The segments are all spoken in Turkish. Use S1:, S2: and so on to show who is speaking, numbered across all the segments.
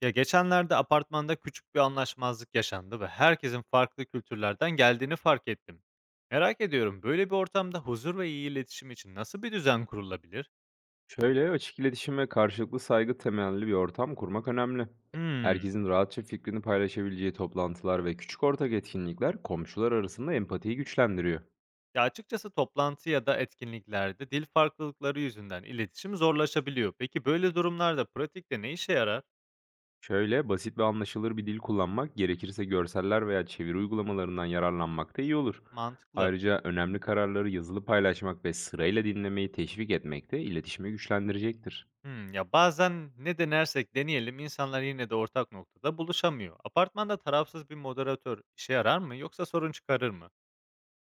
S1: Ya geçenlerde apartmanda küçük bir anlaşmazlık yaşandı ve herkesin farklı kültürlerden geldiğini fark ettim. Merak ediyorum böyle bir ortamda huzur ve iyi iletişim için nasıl bir düzen kurulabilir?
S2: Şöyle, açık iletişim ve karşılıklı saygı temelli bir ortam kurmak önemli.
S1: Hmm.
S2: Herkesin rahatça fikrini paylaşabileceği toplantılar ve küçük ortak etkinlikler komşular arasında empatiyi güçlendiriyor.
S1: Ya açıkçası toplantı ya da etkinliklerde dil farklılıkları yüzünden iletişim zorlaşabiliyor. Peki böyle durumlarda pratikte ne işe yarar?
S2: Şöyle, basit ve anlaşılır bir dil kullanmak, gerekirse görseller veya çeviri uygulamalarından yararlanmak da iyi olur.
S1: Mantıklı.
S2: Ayrıca önemli kararları yazılı paylaşmak ve sırayla dinlemeyi teşvik etmek de iletişimi güçlendirecektir.
S1: Ya bazen ne denersek deneyelim insanlar yine de ortak noktada buluşamıyor. Apartmanda tarafsız bir moderatör işe yarar mı yoksa sorun çıkarır mı?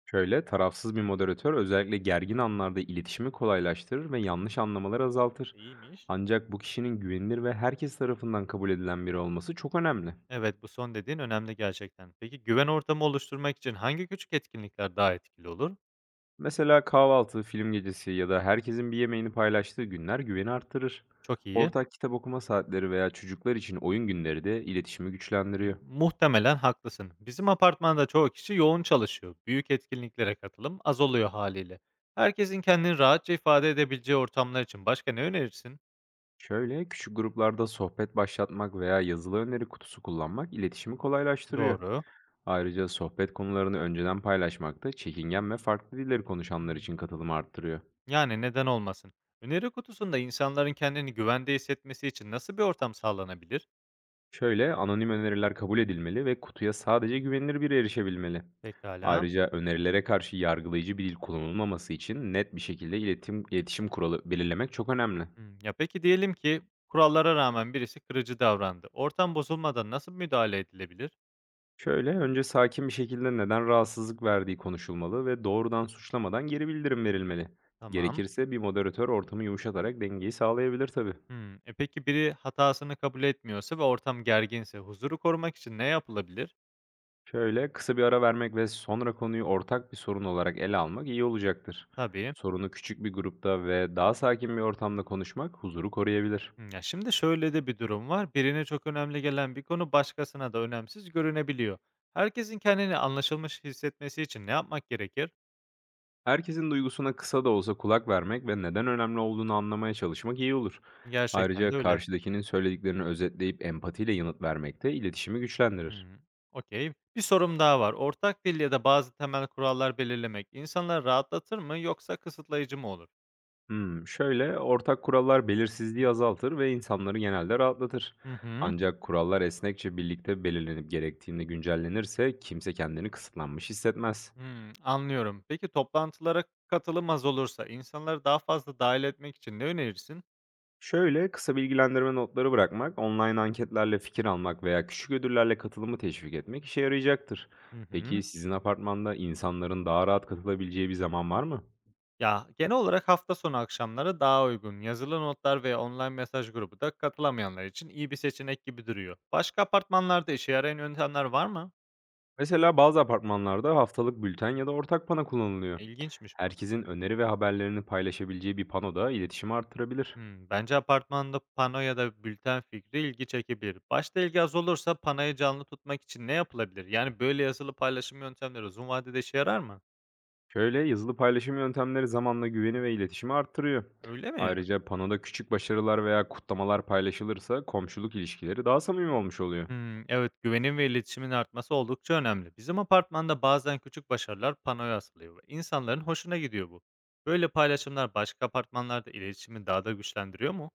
S2: Şöyle, tarafsız bir moderatör özellikle gergin anlarda iletişimi kolaylaştırır ve yanlış anlamaları azaltır.
S1: İyiymiş.
S2: Ancak bu kişinin güvenilir ve herkes tarafından kabul edilen biri olması çok önemli.
S1: Evet, bu son dediğin önemli gerçekten. Peki güven ortamı oluşturmak için hangi küçük etkinlikler daha etkili olur?
S2: Mesela kahvaltı, film gecesi ya da herkesin bir yemeğini paylaştığı günler güveni arttırır.
S1: Çok iyi.
S2: Ortak kitap okuma saatleri veya çocuklar için oyun günleri de iletişimi güçlendiriyor.
S1: Muhtemelen haklısın. Bizim apartmanda çoğu kişi yoğun çalışıyor. Büyük etkinliklere katılım az oluyor haliyle. Herkesin kendini rahatça ifade edebileceği ortamlar için başka ne önerirsin?
S2: Şöyle, küçük gruplarda sohbet başlatmak veya yazılı öneri kutusu kullanmak iletişimi kolaylaştırıyor.
S1: Doğru.
S2: Ayrıca sohbet konularını önceden paylaşmak da çekingen ve farklı dilleri konuşanlar
S1: Hmm.
S2: için katılımı arttırıyor.
S1: Yani neden olmasın? Öneri kutusunda insanların kendini güvende hissetmesi için nasıl bir ortam sağlanabilir?
S2: Şöyle anonim öneriler kabul edilmeli ve kutuya sadece güvenilir biri erişebilmeli.
S1: Pekala.
S2: Ayrıca önerilere karşı yargılayıcı bir dil kullanılmaması için net bir şekilde iletişim kuralı belirlemek çok önemli.
S1: Hımm. Ya, peki diyelim ki kurallara rağmen birisi kırıcı davrandı. Ortam bozulmadan nasıl müdahale edilebilir?
S2: Şöyle önce sakin bir şekilde neden rahatsızlık verdiği konuşulmalı ve doğrudan suçlamadan geri bildirim verilmeli.
S1: Tamam.
S2: Gerekirse bir moderatör ortamı yumuşatarak dengeyi sağlayabilir tabii.
S1: Hımm. Peki biri hatasını kabul etmiyorsa ve ortam gerginse huzuru korumak için ne yapılabilir?
S2: Şöyle, kısa bir ara vermek ve sonra konuyu ortak bir sorun olarak ele almak iyi olacaktır.
S1: Tabii.
S2: Sorunu küçük bir grupta ve daha sakin bir ortamda konuşmak huzuru koruyabilir.
S1: Hımm. Ya, şimdi şöyle de bir durum var. Birine çok önemli gelen bir konu başkasına da önemsiz görünebiliyor. Herkesin kendini anlaşılmış hissetmesi için ne yapmak gerekir?
S2: Herkesin duygusuna kısa da olsa kulak vermek ve neden önemli olduğunu anlamaya çalışmak iyi olur.
S1: Gerçekten de
S2: Ayrıca
S1: öyle.
S2: karşıdakinin söylediklerini özetleyip empatiyle yanıt vermek de iletişimi güçlendirir.
S1: Hımm. Okay. Bir sorum daha var. Ortak dil ya da bazı temel kurallar belirlemek insanları rahatlatır mı yoksa kısıtlayıcı mı olur?
S2: Şöyle, ortak kurallar belirsizliği azaltır ve insanları genelde rahatlatır.
S1: Hı hı.
S2: Ancak kurallar esnekçe birlikte belirlenip gerektiğinde güncellenirse kimse kendini kısıtlanmış hissetmez.
S1: Hımm, anlıyorum. Peki toplantılara katılım az olursa insanları daha fazla dahil etmek için ne önerirsin?
S2: Şöyle, kısa bilgilendirme notları bırakmak, online anketlerle fikir almak veya küçük ödüllerle katılımı teşvik etmek işe yarayacaktır.
S1: Hı hı.
S2: Peki sizin apartmanda insanların daha rahat katılabileceği bir zaman var mı?
S1: Ya, genel olarak hafta sonu akşamları daha uygun. Yazılı notlar veya online mesaj grubu da katılamayanlar için iyi bir seçenek gibi duruyor. Başka apartmanlarda işe yarayan yöntemler var mı?
S2: Mesela bazı apartmanlarda haftalık bülten ya da ortak pano kullanılıyor.
S1: İlginçmiş bu.
S2: Herkesin öneri ve haberlerini paylaşabileceği bir pano da iletişimi arttırabilir.
S1: Hımm, bence apartmanda pano ya da bülten fikri ilgi çekebilir. Başta ilgi az olursa panoyu canlı tutmak için ne yapılabilir? Yani, böyle yazılı paylaşım yöntemleri uzun vadede işe yarar mı?
S2: Şöyle, yazılı paylaşım yöntemleri zamanla güveni ve iletişimi arttırıyor.
S1: Öyle mi?
S2: Ayrıca panoda küçük başarılar veya kutlamalar paylaşılırsa komşuluk ilişkileri daha samimi olmuş oluyor.
S1: Hımm, evet, güvenin ve iletişimin artması oldukça önemli. Bizim apartmanda bazen küçük başarılar panoya asılıyor ve insanların hoşuna gidiyor bu. Böyle paylaşımlar başka apartmanlarda iletişimi daha da güçlendiriyor mu?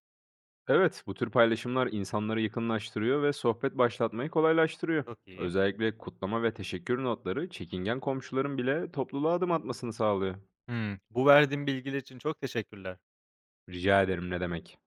S2: Evet, bu tür paylaşımlar insanları yakınlaştırıyor ve sohbet başlatmayı kolaylaştırıyor.
S1: Çok iyi.
S2: Özellikle kutlama ve teşekkür notları çekingen komşuların bile topluluğa adım atmasını sağlıyor.
S1: Hımm, bu verdiğin bilgiler için çok teşekkürler.
S2: Rica ederim, ne demek.